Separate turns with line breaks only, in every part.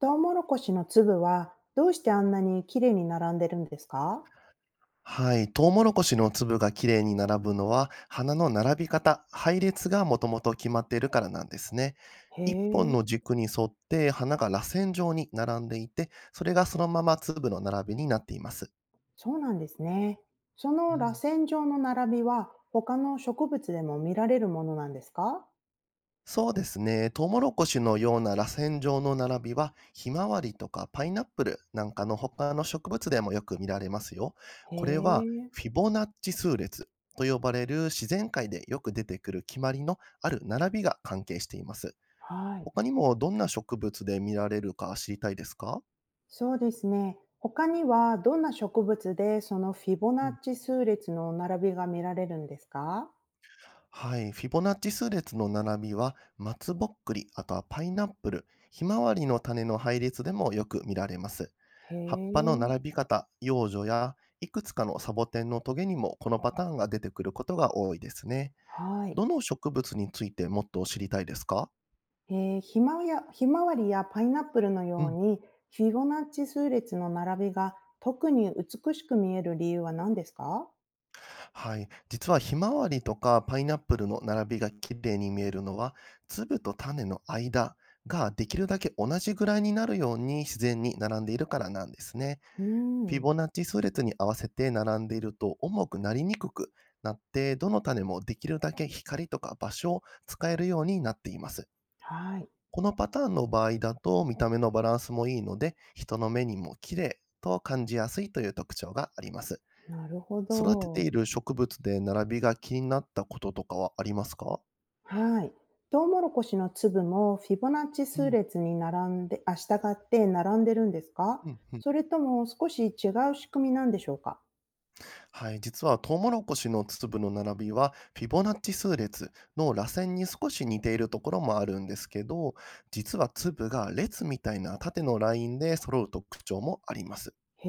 トウモロコシの粒はどうしてあんなに綺麗に並んでるんですか？
はい、トウモロコシの粒がきれいに並ぶのは花の並び方、配列がもともと決まっているからなんですね。
へ
一本
え、
の軸に沿って花が螺旋状に並んでいて、それがそのまま粒の並びになっています。
そうなんですね。そ
う
の螺
ん、
旋状の並びは他の植物でも見られるものなんですか？
そうですね。トウモロコシのような螺旋状の並びは、ひまわりとかパイナップルなんかの他の植物でもよく見られますよ。
へ
これは
え、
フィボナッチ数列と呼ばれる自然界でよく出てくる決まりのある並びが関係しています。
はい。
他にもどんな植物で見られるか知りたいですか？
そうですね。他にはどんな植物でそのフィボナッチ数列の並びが見られるんですか？
はい。フィボナッチ数列の並びは、松ぼっくり、あとはパイナップル、ひまわりの種の配列でもよく見られます。
へ
葉っぱ
え、
の並び方、幼女や、いくつかのサボテンのトゲにもこのパターンが出てくることが多いですね。
はい。
どの植物についてもっと知りたいですか？
えひまわや、ひまわりやパイナップルの
う
よう
ん。
にフィボナッチ数列の並びが特に美しく見える理由は何ですか？
はい。実はひまわりとかパイナップルの並びが綺麗に見えるのは、粒と種の間ができるだけ同じぐらいになるように自然に並んでいるからなんですね。
う
フィ
ー
ボ
ん。
ナッチ数列に合わせて並んでいると重くなりにくくなって、どの種もできるだけ光とか場所を使えるようになっています。
はい。
このパターンの場合だと見た目のバランスもいいので、人の目にも綺麗と感じやすいという特徴があります。
なるほ
育てて
ど。
いる植物で並びが気になったこととかはありますか？
はい。トウモロコシの粒もフィボナッチ
う
数
ん。
列に並んで、あ、従って並んでるんですか？
うん。
それとも少し違う仕組みなんでしょうか？
はい、実はトウモロコシの粒の並びはフィボナッチ数列の螺旋に少し似ているところもあるんですけど、実は粒が列みたいな縦のラインで揃う特徴もあります。
へ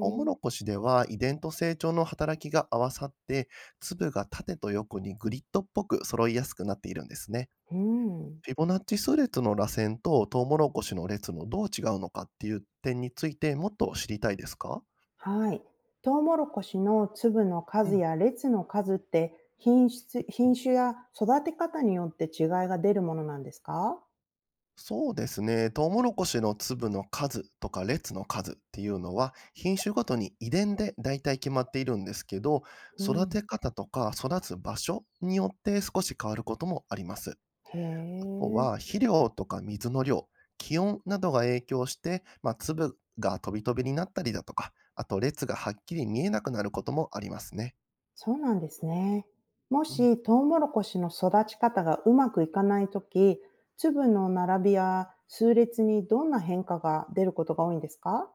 トウモロコシでは遺伝と成長の働きが合わさって、粒が縦と横にグリッドっぽく揃いやすくなっているんですね。
うん。
フィボナッチ数列の螺旋とトウモロコシの列のどう違うのかっていう点についてもっと知りたいですか？
はい。トウモロコシの粒の
う
数
ん。
や列の数って品質、品種や育て方によって違いが出るものなんですか？
そうですね。トウモロコシの粒の数とか列の数っていうのは品種ごとに遺伝で大体決まっているんですけど、
う
育
ん。
て方とか育つ場所によって少し変わることもあります。
へ
あと
え、
は肥料とか水の量、気温などが影響して、まあ、粒が飛び飛びになったりだとか、あと列がはっきり見えなくなることもありますね。
そうなんですね。も
うん。
しトウモロコシの育ち方がうまくいかないとき、粒の並びや数列にどんな変化が出ることが多いんですか？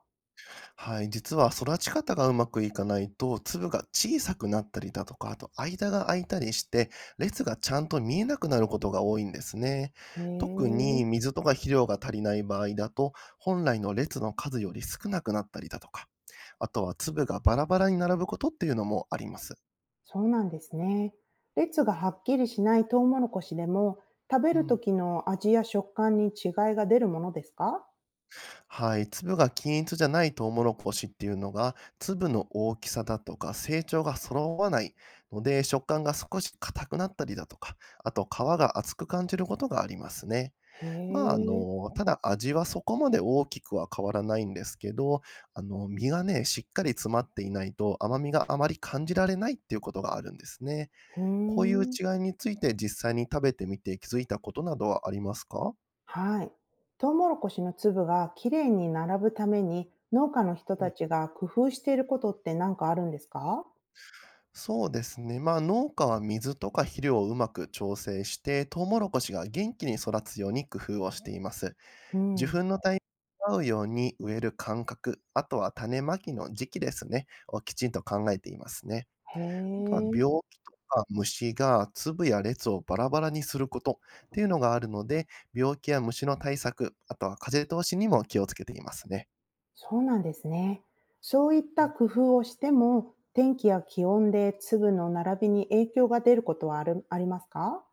はい、実は育ち方がうまくいかないと、粒が小さくなったりだとか、あと間が空いたりして、列がちゃんと見えなくなることが多いんですね。
へ
特
え。
に水とか肥料が足りない場合だと、本来の列の数より少なくなったりだとか、あとは粒がバラバラに並ぶことっていうのもあります。
そうなんですね。列がはっきりしないトウモロコシでも、食べ
う
る
ん。
時の味や食感に違いが出るものですか？
はい、粒が均一じゃないトウモロコシっていうのが粒の大きさだとか成長が揃わないので、食感が少し硬くなったりだとか、あと皮が厚く感じることがありますね。
へ
まあ、あ
え、
の、ただ味はそこまで大きくは変わらないんですけど、あの、身がね、しっかり詰まっていないと甘みがあまり感じられないっていうことがあるんですね。
ふー
こういう
ん。
違いについて実際に食べてみて気づいたことなどはありますか？
はい。トウモロコシの粒がきれいに並ぶために、農家の人たちが工夫していることって何かあるんですか？
そうですね。まあ、農家は水とか肥料をうまく調整して、トウモロコシが元気に育つように工夫をしています。
う
受
ん。
粉のタイミングに合うように植える間隔、あとは種まきの時期ですね、をきちんと考えていますね。
へ
あとは
え、
病気とか虫が粒や列をバラバラにすることっていうのがあるので、病気や虫の対策、あとは風通しにも気をつけていますね。
そうなんですね。そういった工夫をしても、天気や気温で粒の並びに影響が出ることはあるありますか？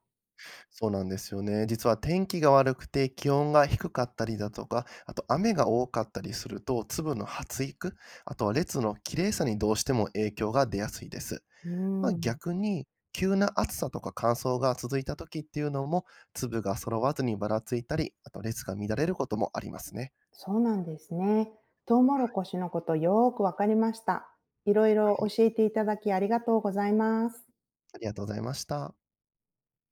そうなんですよね。実は天気が悪くて気温が低かったりだとか、あと雨が多かったりすると、粒の発育、あとは列の綺麗さにどうしても影響が出やすいです。
う
まあ、
ん。
逆に、急な暑さとか乾燥が続いた時っていうのも、粒が揃わずにばらついたり、あと列が乱れることもありますね。
そうなんですね。トウモロコシのことよーくわかりました。いろい
は
ろ
い。
教えていただきありがとうございます。
ありがとうございました。